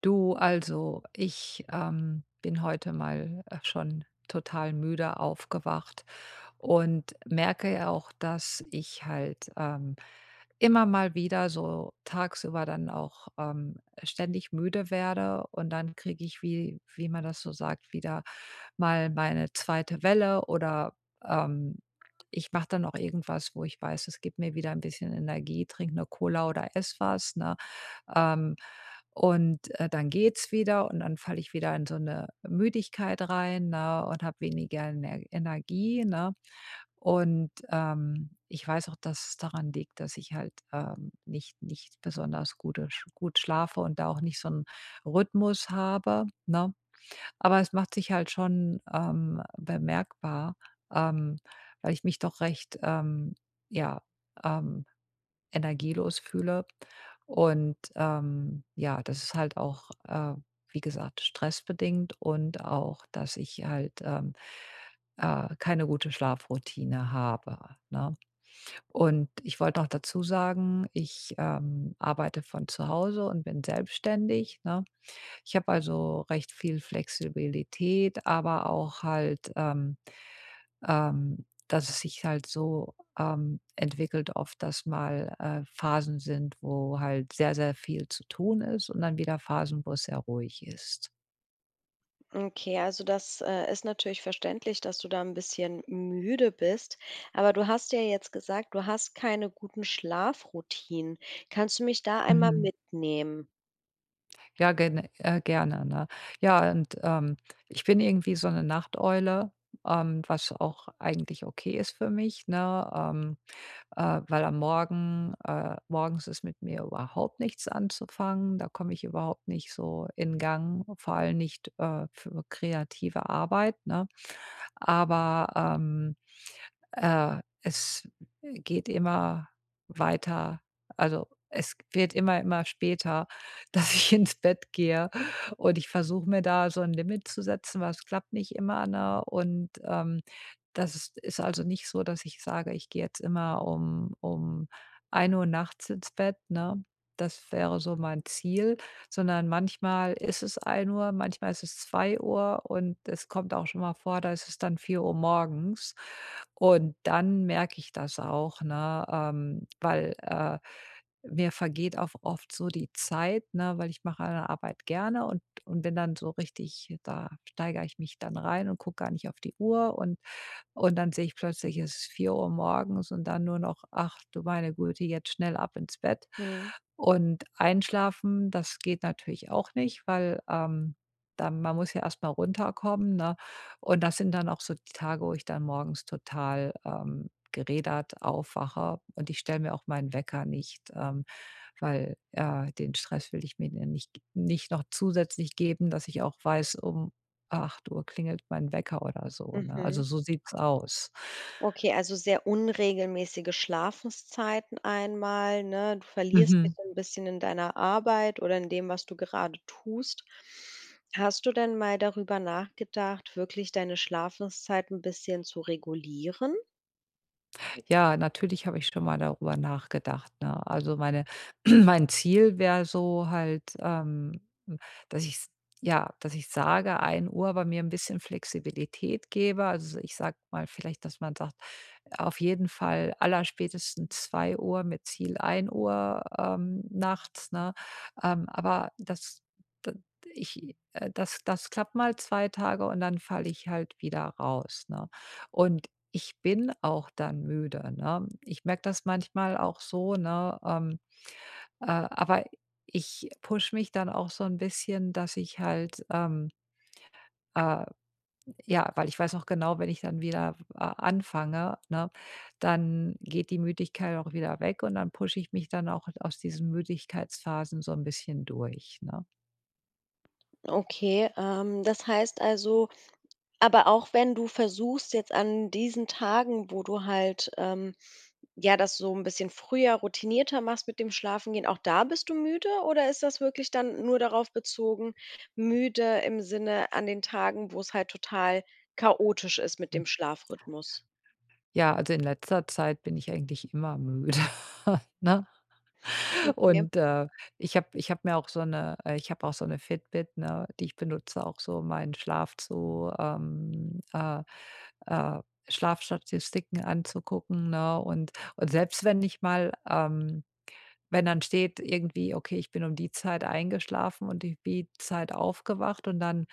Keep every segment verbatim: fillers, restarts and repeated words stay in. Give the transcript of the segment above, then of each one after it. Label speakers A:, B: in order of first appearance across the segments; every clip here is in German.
A: Du, also ich ähm, bin heute mal äh, schon total müde aufgewacht und merke ja auch, dass ich halt ähm, immer mal wieder so tagsüber dann auch ähm, ständig müde werde und dann kriege ich, wie, wie man das so sagt, wieder mal meine zweite Welle oder ähm, ich mache dann auch irgendwas, wo ich weiß, es gibt mir wieder ein bisschen Energie, trinke eine Cola oder ess was. Ne? Ähm, und, äh, dann geht's wieder und dann falle ich wieder in so eine Müdigkeit rein, ne, und habe weniger Ener Energie, ne? Und, ähm, ich weiß auch, dass es daran liegt, dass ich halt, ähm, nicht nicht besonders gute sch gut schlafe und da auch nicht so einen Rhythmus habe, ne? Aber es macht sich halt schon, ähm, bemerkbar, ähm, weil ich mich doch recht, ähm, ja, ähm energielos fühle. Und, ähm, ja, das ist halt auch, äh, wie gesagt, stressbedingt und auch, dass ich halt, ähm, äh, keine gute Schlafroutine habe, ne? Und ich wollte noch dazu sagen, ich, ähm, arbeite von zu Hause und bin selbstständig, ne? Ich habe also recht viel Flexibilität, aber auch halt, ähm ähm, dass es sich halt so, ähm, entwickelt oft, dass mal, äh, Phasen sind, wo halt sehr, sehr viel zu tun ist und dann wieder Phasen, wo es sehr ruhig ist.
B: Okay, also das äh, ist natürlich verständlich, dass du da ein bisschen müde bist, aber du hast ja jetzt gesagt, du hast keine guten Schlafroutinen. Kannst du mich da einmal
A: Mhm.
B: mitnehmen?
A: Ja, gen äh, gerne, ne? Ja, und, ähm, ich bin irgendwie so 'ne Nachteule, ähm, was auch eigentlich okay ist für mich, ne? Ähm äh, weil am Morgen äh, morgens ist mit mir überhaupt nichts anzufangen. Da komme ich überhaupt nicht so in Gang, vor allem nicht äh, für kreative Arbeit, ne? Aber, ähm äh, es geht immer weiter. Also, es wird immer, immer später, dass ich ins Bett gehe und ich versuche mir da so ein Limit zu setzen, aber es klappt nicht immer, ne? Und, ähm, das ist ist also nicht so, dass ich sage, ich gehe jetzt immer um um ein Uhr nachts ins Bett, ne? Das wäre so mein Ziel, sondern manchmal ist es ein Uhr, manchmal ist es zwei Uhr und es kommt auch schon mal vor, da ist es dann vier Uhr morgens. Und dann merke ich das auch, ne, ähm, weil, äh, mir vergeht auch oft so die Zeit, ne, weil ich mache eine Arbeit gerne und und bin dann so richtig da steigere ich mich dann rein und gucke gar nicht auf die Uhr und und dann sehe ich plötzlich, es ist vier Uhr morgens und dann nur noch: „Ach du meine Güte, jetzt schnell ab ins Bett."
B: Mhm,
A: Und einschlafen, das geht natürlich auch nicht, weil, ähm, dann man muss ja erstmal runterkommen, ne? Und das sind dann auch so die Tage, wo ich dann morgens total, ähm, gerädert aufwache und ich stelle mir auch meinen Wecker nicht, ähm, weil, äh, den Stress will ich mir ja nicht nicht noch zusätzlich geben, dass ich auch weiß, um acht Uhr klingelt mein Wecker oder so, ne? Also,
B: mhm.
A: so sieht's aus.
B: Okay, also sehr unregelmäßige Schlafenszeiten einmal, ne? Du verlierst dich
A: Mhm.
B: so 'n bisschen in deiner Arbeit oder in dem, was du gerade tust. Hast du denn mal darüber nachgedacht, wirklich deine Schlafenszeit ein bisschen zu regulieren?
A: Ja, natürlich habe ich schon mal darüber nachgedacht, ne? Also, meine mein Ziel wäre so halt, ähm, hm, dass ich ja, dass ich sage ein Uhr, aber mir ein bisschen Flexibilität gebe. Also, ich sage mal vielleicht, dass man sagt, auf jeden Fall allerspätestens zwei Uhr mit Ziel ein Uhr, ähm, nachts, ne? Ähm, aber das d ich äh, das das klappt mal zwei Tage und dann falle ich halt wieder raus, ne? Und ich bin auch dann müde, ne? Ich merke das manchmal auch so, ne, ähm, äh, aber ich pushe mich dann auch so ein bisschen, dass ich halt, ähm, äh ja, weil ich weiß noch genau, wenn ich dann wieder, äh, anfange, ne, dann geht die Müdigkeit auch wieder weg und dann pushe ich mich dann auch aus diesen Müdigkeitsphasen so ein bisschen durch, ne?
B: Okay, ähm, das heißt also, aber auch wenn du versuchst jetzt an diesen Tagen, wo du halt, ähm, ja, das so ein bisschen früher, routinierter machst mit dem Schlafengehen, auch da bist du müde oder ist das wirklich dann nur darauf bezogen, müde im Sinne an den Tagen, wo es halt total chaotisch ist mit dem Schlafrhythmus?
A: Ja, also in letzter Zeit bin ich eigentlich immer müde, ne?
B: Okay.
A: Und, äh, ich habe ich habe mir auch so eine äh, ich habe auch so eine Fitbit, ne, die ich benutze auch so, um meinen Schlaf zu ähm, äh, äh, Schlafstatistiken anzugucken, ne? Und und selbst wenn ich mal ähm, wenn dann steht irgendwie: „Okay, ich bin um die Zeit eingeschlafen und um die Zeit aufgewacht" und dann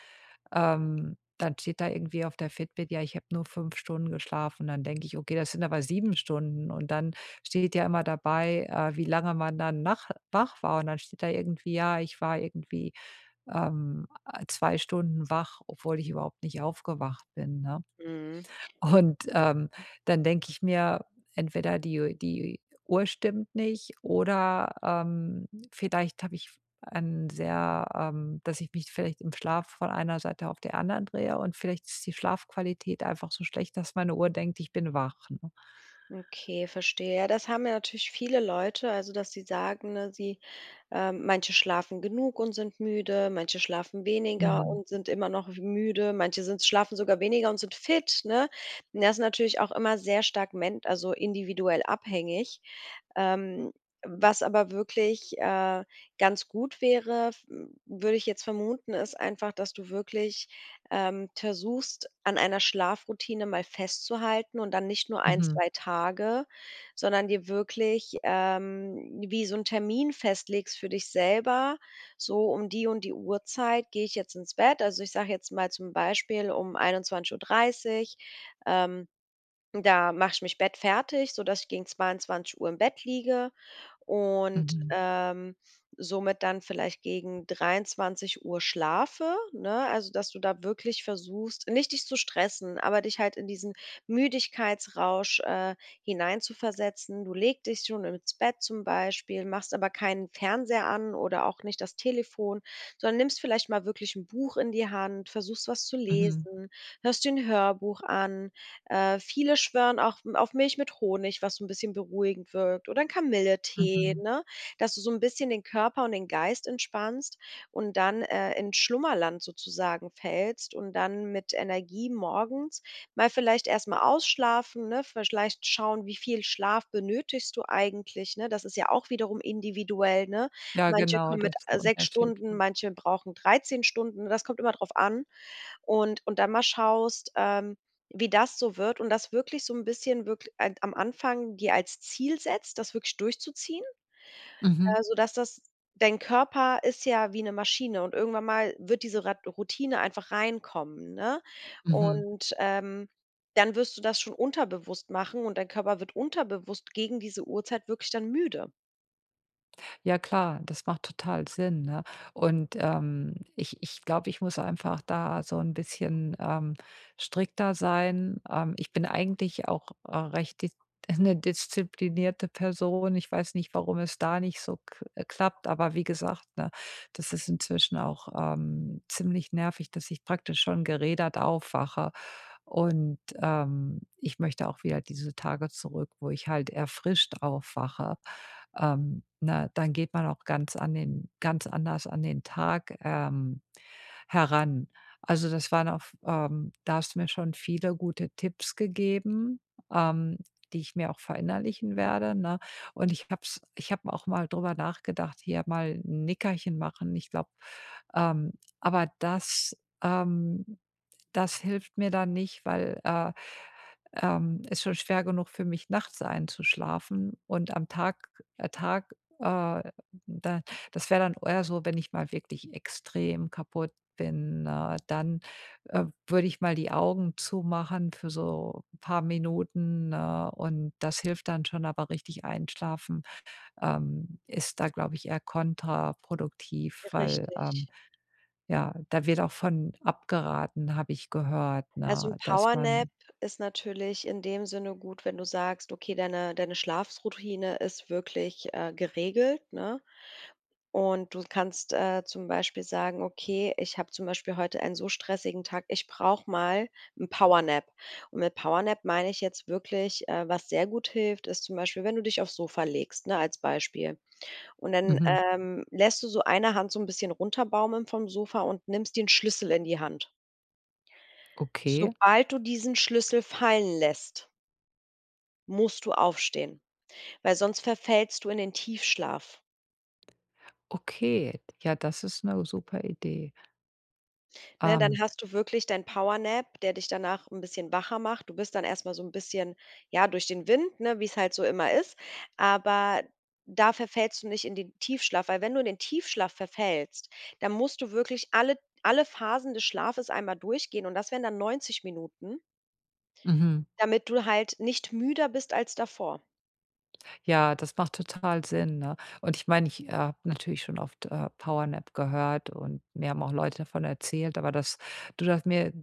A: ähm, dann steht da irgendwie auf der Fitbit, ja, ich habe nur fünf Stunden geschlafen. Dann denke ich: „Okay, das sind aber sieben Stunden." Und dann steht ja immer dabei, äh, wie lange man dann nach wach war. Und dann steht da irgendwie: „Ja, ich war irgendwie, ähm, äh, Stunden wach, obwohl ich überhaupt nicht aufgewacht bin", ne?
B: Mhm.
A: Und, ähm, dann denke ich mir, entweder die die Uhr stimmt nicht oder, ähm, vielleicht habe ich ein sehr, ähm dass ich mich vielleicht im Schlaf von einer Seite auf der anderen drehe und vielleicht ist die Schlafqualität einfach so schlecht, dass meine Uhr denkt, ich bin wach, ne?
B: Okay, verstehe. Ja, das haben ja natürlich viele Leute, also dass sie sagen, ne, sie ähm, manche schlafen genug und sind müde, manche schlafen weniger
A: Mhm.
B: und sind immer noch müde, manche sind schlafen sogar weniger und sind fit, ne? Und das ist natürlich auch immer sehr stark ment, also individuell abhängig. Ähm, was aber wirklich äh, ganz gut wäre, f- würde ich jetzt vermuten, ist einfach, dass du wirklich ähm, versuchst, an einer Schlafroutine mal festzuhalten und dann nicht nur ein
A: Mhm.
B: zwei Tage, sondern dir wirklich, ähm, wie so einen Termin festlegst für dich selber, so um die und die Uhrzeit gehe ich jetzt ins Bett. Also, ich sage jetzt mal zum Beispiel um einundzwanzig Uhr dreißig ähm da mache ich mich Bett fertig, sodass ich gegen zweiundzwanzig Uhr im Bett liege und,
A: Mhm.
B: ähm, somit dann vielleicht gegen dreiundzwanzig Uhr schlafe, ne? Also, dass du da wirklich versuchst, nicht dich zu stressen, aber dich halt in diesen Müdigkeitsrausch, äh, hineinzuversetzen. Du legst dich schon ins Bett zum Beispiel, machst aber keinen Fernseher an oder auch nicht das Telefon, sondern nimmst vielleicht mal wirklich ein Buch in die Hand, versuchst was zu
A: Mhm.
B: lesen, hörst dir 'n Hörbuch an. Äh, viele schwören auch m- auf Milch mit Honig, was so ein bisschen beruhigend wirkt oder 'n Kamilletee,
A: Mhm.
B: ne? Dass du so ein bisschen den Körper und den Geist entspannst und dann, äh, in Schlummerland sozusagen fällst und dann mit Energie morgens mal vielleicht erst mal ausschlafen, ne? Vielleicht schauen, wie viel Schlaf benötigst du eigentlich, ne? Das ist ja auch wiederum individuell, ne?
A: Ja,
B: Manche
A: genau,
B: kommen mit,
A: das ist so
B: äh, sechs Stunden,
A: unterschiedlich.
B: manche brauchen dreizehn Stunden. Das kommt immer drauf an. Und und dann mal schaust, ähm, wie das so wird und das wirklich so ein bisschen wirklich ein am Anfang dir als Ziel setzt, das wirklich durchzuziehen,
A: Mhm.
B: äh, sodass das dein Körper ist ja wie eine Maschine und irgendwann mal wird diese Rat Routine einfach reinkommen, ne?
A: Mhm.
B: Und, ähm, dann wirst du das schon unterbewusst machen und dein Körper wird unterbewusst gegen diese Uhrzeit wirklich dann müde.
A: Ja klar, das macht total Sinn, ne? Und, ähm, ich ich glaube, ich muss einfach da so ein bisschen, ähm, strikter sein. Ähm, ich bin eigentlich auch, äh, recht dis 'ne disziplinierte Person. Ich weiß nicht, warum es da nicht so k äh, klappt, aber wie gesagt, ne, das ist inzwischen auch, ähm, ziemlich nervig, dass ich praktisch schon gerädert aufwache. Und, ähm, ich möchte auch wieder diese Tage zurück, wo ich halt erfrischt aufwache. Ähm, ne, dann geht man auch ganz an den ganz anders an den Tag, ähm, heran. Also, das waren auch, ähm, da hast du mir schon viele gute Tipps gegeben, ähm, die ich mir auch verinnerlichen werde, ne? Und ich habe es ich habe auch mal drüber nachgedacht, hier mal 'n Nickerchen machen. Ich glaube, ähm aber das ähm, das hilft mir dann nicht, weil, äh ähm, ist schon schwer genug für mich, nachts einzuschlafen und am Tag äh, Tag, äh, da das wäre dann eher so, wenn ich mal wirklich extrem kaputt bin, äh, dann, äh, würde ich mal die Augen zumachen für so ein paar Minuten, äh, und das hilft dann schon, aber richtig einschlafen, ähm, ist da, glaube ich, eher kontraproduktiv, weil, ähm,
B: Richtig.
A: ja, da wird auch von abgeraten, habe ich gehört,
B: Also 'n
A: ne, dass
B: Powernap
A: man
B: ist natürlich in dem Sinne gut, wenn du sagst, okay, deine deine Schlafroutine ist wirklich, äh, geregelt, ne? Und du kannst, äh, zum Beispiel sagen: „Okay, ich habe zum Beispiel heute einen so stressigen Tag, ich brauche mal 'n Powernap.“ Und mit Powernap meine ich jetzt wirklich, äh was sehr gut hilft, ist zum Beispiel, wenn du dich aufs Sofa legst, ne, als Beispiel. Und dann,
A: mhm,
B: ähm, lässt du so eine Hand so ein bisschen runterbaumeln vom Sofa und nimmst den Schlüssel in die Hand.
A: okay.
B: Sobald du diesen Schlüssel fallen lässt, musst du aufstehen, weil sonst verfällst du in den Tiefschlaf.
A: Okay, ja, das ist eine super Idee.
B: Ne, dann
A: Ähm,
B: hast du wirklich dein Power Nap, der dich danach 'n bisschen wacher macht. Du bist dann erst mal so 'n bisschen, ja, durch den Wind, ne, wie's halt so immer ist, aber da verfällst du nicht in den Tiefschlaf, weil wenn du in den Tiefschlaf verfällst, dann musst du wirklich alle alle Phasen des Schlafes einmal durchgehen und das wären dann neunzig Minuten,
A: mhm,
B: damit du halt nicht müder bist als davor.
A: ja, das macht total Sinn, ne? Und ich meine, ich, äh, habe natürlich schon oft, äh, Power Nap gehört und mir haben auch Leute davon erzählt, aber dass du das mir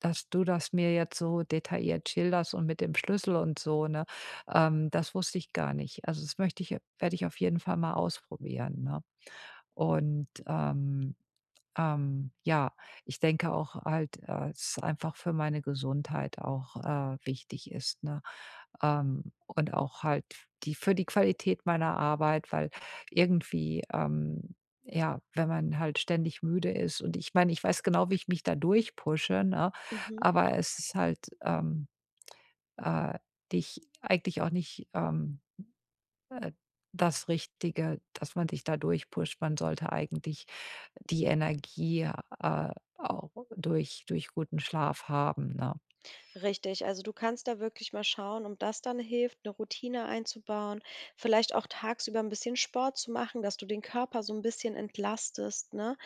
A: dass du das mir jetzt so detailliert schilderst und mit dem Schlüssel und so, ne, ähm, das wusste ich gar nicht. Also, das möchte ich werde ich auf jeden Fall mal ausprobieren, ne? Und, ähm Ähm, ja, ich denke auch halt, äh, es ist einfach für meine Gesundheit auch, äh, wichtig ist, ne? Ähm, und auch halt die für die Qualität meiner Arbeit, weil irgendwie, ähm, ja, wenn man halt ständig müde ist und ich meine, ich weiß genau, wie ich mich da durchpushe, ne?
B: Mhm.
A: Aber es ist halt, ähm, äh, dich eigentlich auch nicht, ähm äh, das Richtige, dass man sich da durchpusht. Man sollte eigentlich die Energie, äh, auch durch durch guten Schlaf haben, ne?
B: Richtig, also du kannst da wirklich mal schauen, ob das dann hilft, eine Routine einzubauen, vielleicht auch tagsüber ein bisschen Sport zu machen, dass du den Körper so ein bisschen entlastest, ne?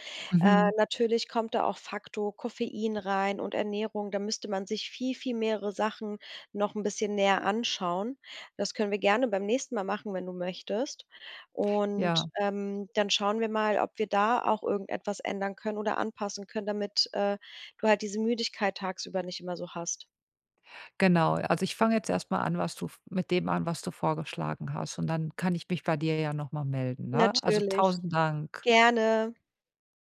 B: Äh,
A: Mhm.
B: natürlich kommt da auch Faktor Koffein rein und Ernährung. Da müsste man sich viel, viel mehrere Sachen noch ein bisschen näher anschauen. Das können wir gerne beim nächsten Mal machen, wenn du möchtest. Und,
A: Ja,
B: ähm, dann schauen wir mal, ob wir da auch irgendetwas ändern können oder anpassen können, damit, äh, du halt diese Müdigkeit tagsüber nicht immer so hast.
A: genau. Also, ich fange jetzt erstmal an, was du v mit dem an, was du vorgeschlagen hast und dann kann ich mich bei dir ja noch mal melden, ne? Also,
B: Natürlich,
A: tausend Dank.
B: gerne.